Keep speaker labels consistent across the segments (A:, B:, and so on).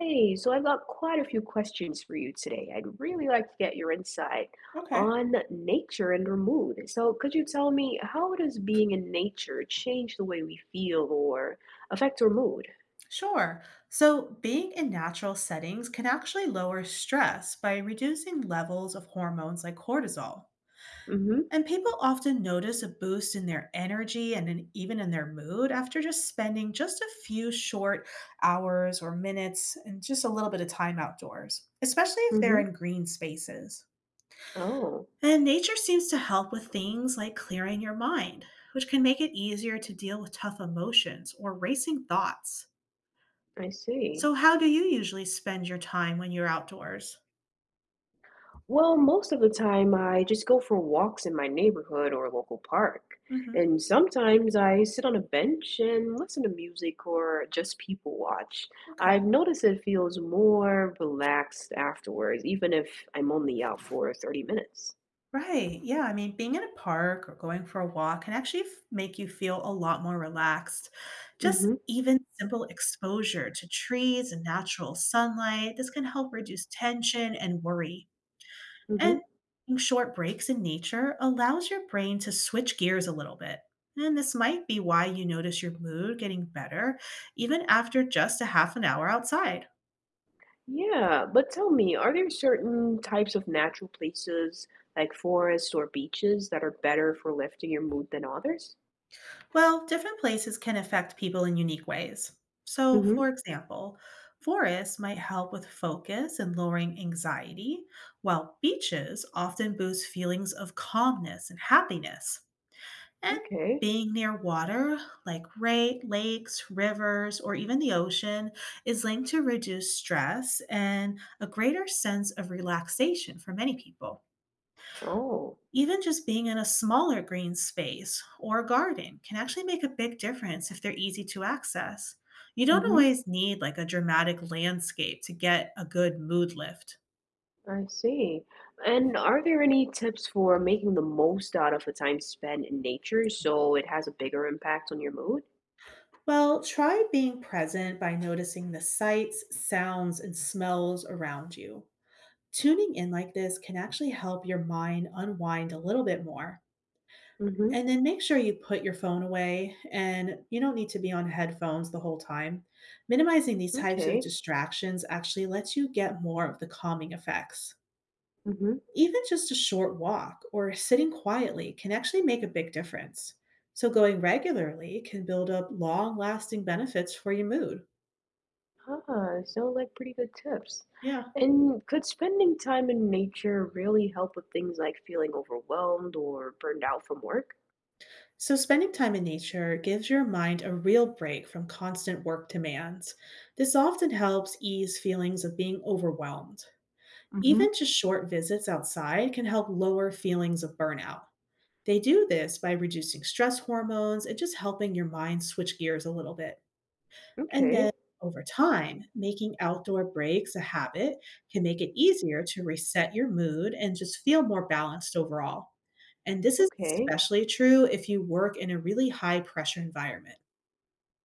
A: Hey, so I've got quite a few questions for you today. I'd really like to get your insight
B: Okay,
A: on nature and our mood. So, could you tell me, how does being in nature change the way we feel or affect our mood?
B: sure. So, being in natural settings can actually lower stress by reducing levels of hormones like cortisol.
A: Mm-hmm.
B: And people often notice a boost in their energy and even in their mood after just spending just a few short hours or minutes and just a little bit of time outdoors, especially if they're
A: Mm-hmm.
B: in green spaces.
A: Oh,
B: And nature seems to help with things like clearing your mind, which can make it easier to deal with tough emotions or racing thoughts.
A: I see.
B: So how do you usually spend your time when you're outdoors?
A: Well, most of the time I just go for walks in my neighborhood or local park.
B: Mhm.
A: And sometimes I sit on a bench and listen to music or just people watch.
B: Okay.
A: I've noticed it feels more relaxed afterwards, even if I'm only out for 30 minutes.
B: Right, yeah, I mean, being in a park or going for a walk can actually f make you feel a lot more relaxed. Just
A: Mm-hmm.
B: even simple exposure to trees and natural sunlight, this can help reduce tension and worry.
A: Mm-hmm.
B: And taking short breaks in nature allows your brain to switch gears a little bit. And this might be why you notice your mood getting better even after just a half an hour outside.
A: Yeah, but tell me, are there certain types of natural places like forests or beaches that are better for lifting your mood than others?
B: Well, different places can affect people in unique ways. So,
A: Mm-hmm.
B: for example, forests might help with focus and lowering anxiety, while beaches often boost feelings of calmness and happiness. And
A: Okay.
B: being near water, like lakes, rivers, or even the ocean, is linked to reduced stress and a greater sense of relaxation for many people.
A: Oh.
B: Even just being in a smaller green space or garden can actually make a big difference if they're easy to access. You don't
A: Mm-hmm.
B: always need like a dramatic landscape to get a good mood lift.
A: I see. And are there any tips for making the most out of a time spent in nature so it has a bigger impact on your mood?
B: Well, try being present by noticing the sights, sounds, and smells around you. Tuning in like this can actually help your mind unwind a little bit more.
A: Mm-hmm.
B: And then make sure you put your phone away, and you don't need to be on headphones the whole time. Minimizing these types of
A: Okay.
B: distractions actually lets you get more of the calming effects.
A: Mm-hmm.
B: Even just a short walk or sitting quietly can actually make a big difference. So, going regularly can build up long lasting benefits for your mood.
A: Ah, sound like pretty good tips.
B: Yeah.
A: And could spending time in nature really help with things like feeling overwhelmed or burned out from work?
B: So, spending time in nature gives your mind a real break from constant work demands. This often helps ease feelings of being overwhelmed.
A: Mm-hmm.
B: Even just short visits outside can help lower feelings of burnout. They do this by reducing stress hormones and just helping your mind switch gears a little bit. And then
A: Okay.
B: over time, making outdoor breaks a habit can make it easier to reset your mood and just feel more balanced overall. And this is
A: Okay.
B: especially true if you work in a really high pressure environment.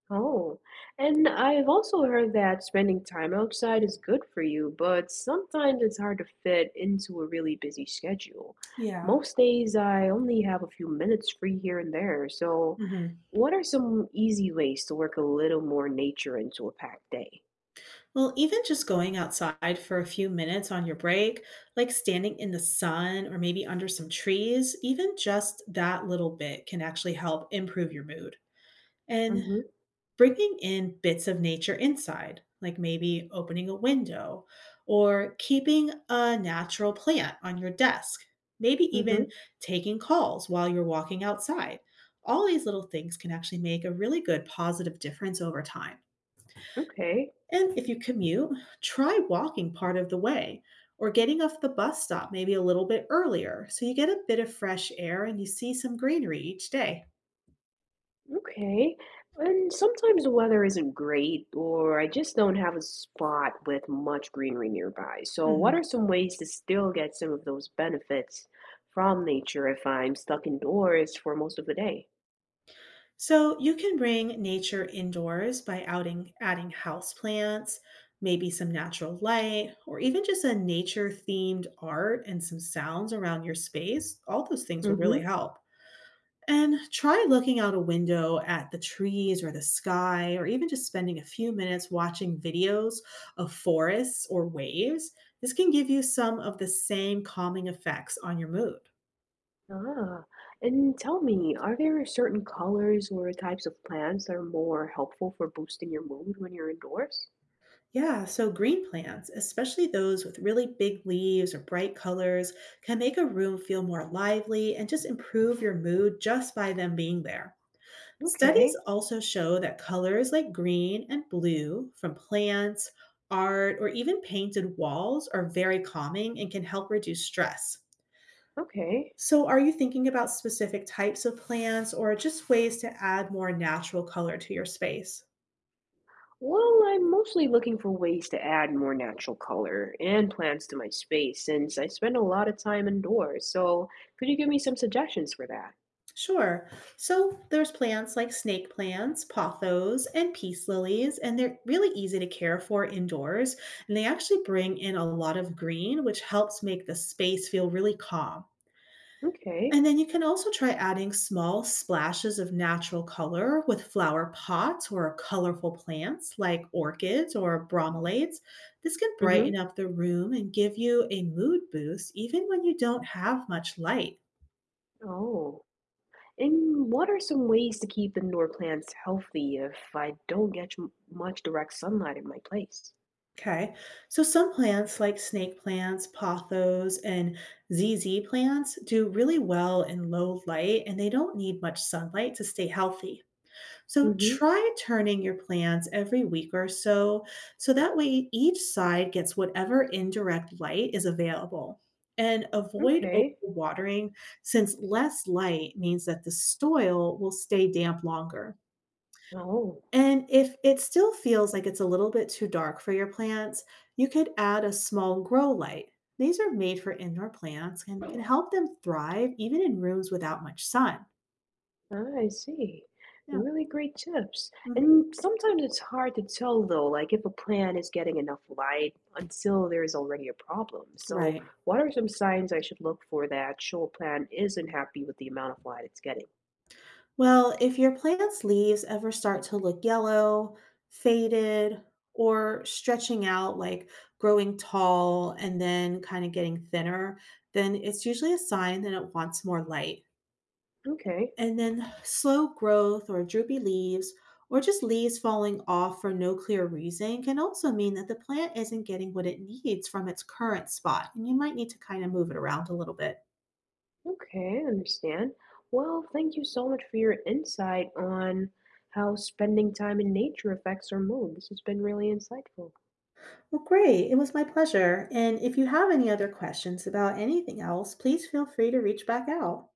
A: Oh, and I've also heard that spending time outside is good for you, but sometimes it's hard to fit into a really busy schedule.
B: Yeah.
A: Most days I only have a few minutes free here and there, so
B: Mhm.
A: what are some easy ways to work a little more nature into a packed day?
B: Well, even just going outside for a few minutes on your break, like standing in the sun or maybe under some trees, even just that little bit can actually help improve your mood. And
A: Mm-hmm.
B: bringing in bits of nature inside, like maybe opening a window or keeping a natural plant on your desk, maybe even
A: Mm-hmm.
B: taking calls while you're walking outside. All these little things can actually make a really good positive difference over time.
A: Okay.
B: And if you commute, try walking part of the way or getting off the bus stop maybe a little bit earlier so you get a bit of fresh air and you see some greenery each day.
A: Okay. And sometimes the weather isn't great, or I just don't have a spot with much greenery nearby. So, what
B: Mhm.
A: are some ways to still get some of those benefits from nature if I'm stuck indoors for most of the day?
B: So you can bring nature indoors by adding house plants, maybe some natural light, or even just a nature themed art and some sounds around your space. All those things will really
A: Mm-hmm.
B: help. And try looking out a window at the trees or the sky, or even just spending a few minutes watching videos of forests or waves. This can give you some of the same calming effects on your mood.
A: Ah, and tell me, are there certain colors or types of plants that are more helpful for boosting your mood when you're indoors?
B: Yeah, so green plants, especially those with really big leaves or bright colors, can make a room feel more lively and just improve your mood just by them being there. Studies
A: Okay,
B: also show that colors like green and blue from plants, art, or even painted walls are very calming and can help reduce stress.
A: okay.
B: So, are you thinking about specific types of plants or just ways to add more natural color to your space?
A: Well, I'm mostly looking for ways to add more natural color and plants to my space since I spend a lot of time indoors. So, could you give me some suggestions for that?
B: Sure. So, there's plants like snake plants, pothos, and peace lilies, and they're really easy to care for indoors. And they actually bring in a lot of green, which helps make the space feel really calm.
A: Okay.
B: And then you can also try adding small splashes of natural color with flower pots or colorful plants like orchids or bromelates. This can brighten
A: Mm-hmm.
B: up the room and give you a mood boost even when you don't have much light.
A: Oh. And what are some ways to keep indoor plants healthy if I don't get much direct sunlight in my place?
B: Okay, so some plants like snake plants, pothos, and ZZ plants do really well in low light and they don't need much sunlight to stay healthy. So
A: Mm-hmm.
B: try turning your plants every week or so, so that way each side gets whatever indirect light is available. And avoid
A: Okay.
B: overwatering since less light means that the soil will stay damp longer.
A: Oh.
B: And if it still feels like it's a little bit too dark for your plants, you could add a small grow light. These are made for indoor plants and can help them thrive even in rooms without much sun.
A: I see.
B: Yeah.
A: Really great tips.
B: Mhm.
A: And sometimes it's hard to tell, though, like if a plant is getting enough light until there is already a problem. So,
B: Right.
A: what are some signs I should look for that show a plant isn't happy with the amount of light it's getting?
B: Well, if your plant's leaves ever start to look yellow, faded, or stretching out, like growing tall and then kind of getting thinner, then it's usually a sign that it wants more light.
A: Okay,
B: And then slow growth or droopy leaves, or just leaves falling off for no clear reason, can also mean that the plant isn't getting what it needs from its current spot. And you might need to kind of move it around a little bit.
A: okay, I understand. Well, thank you so much for your insight on how spending time in nature affects our mood. This has been really insightful.
B: Well, great. It was my pleasure. And if you have any other questions about anything else, please feel free to reach back out.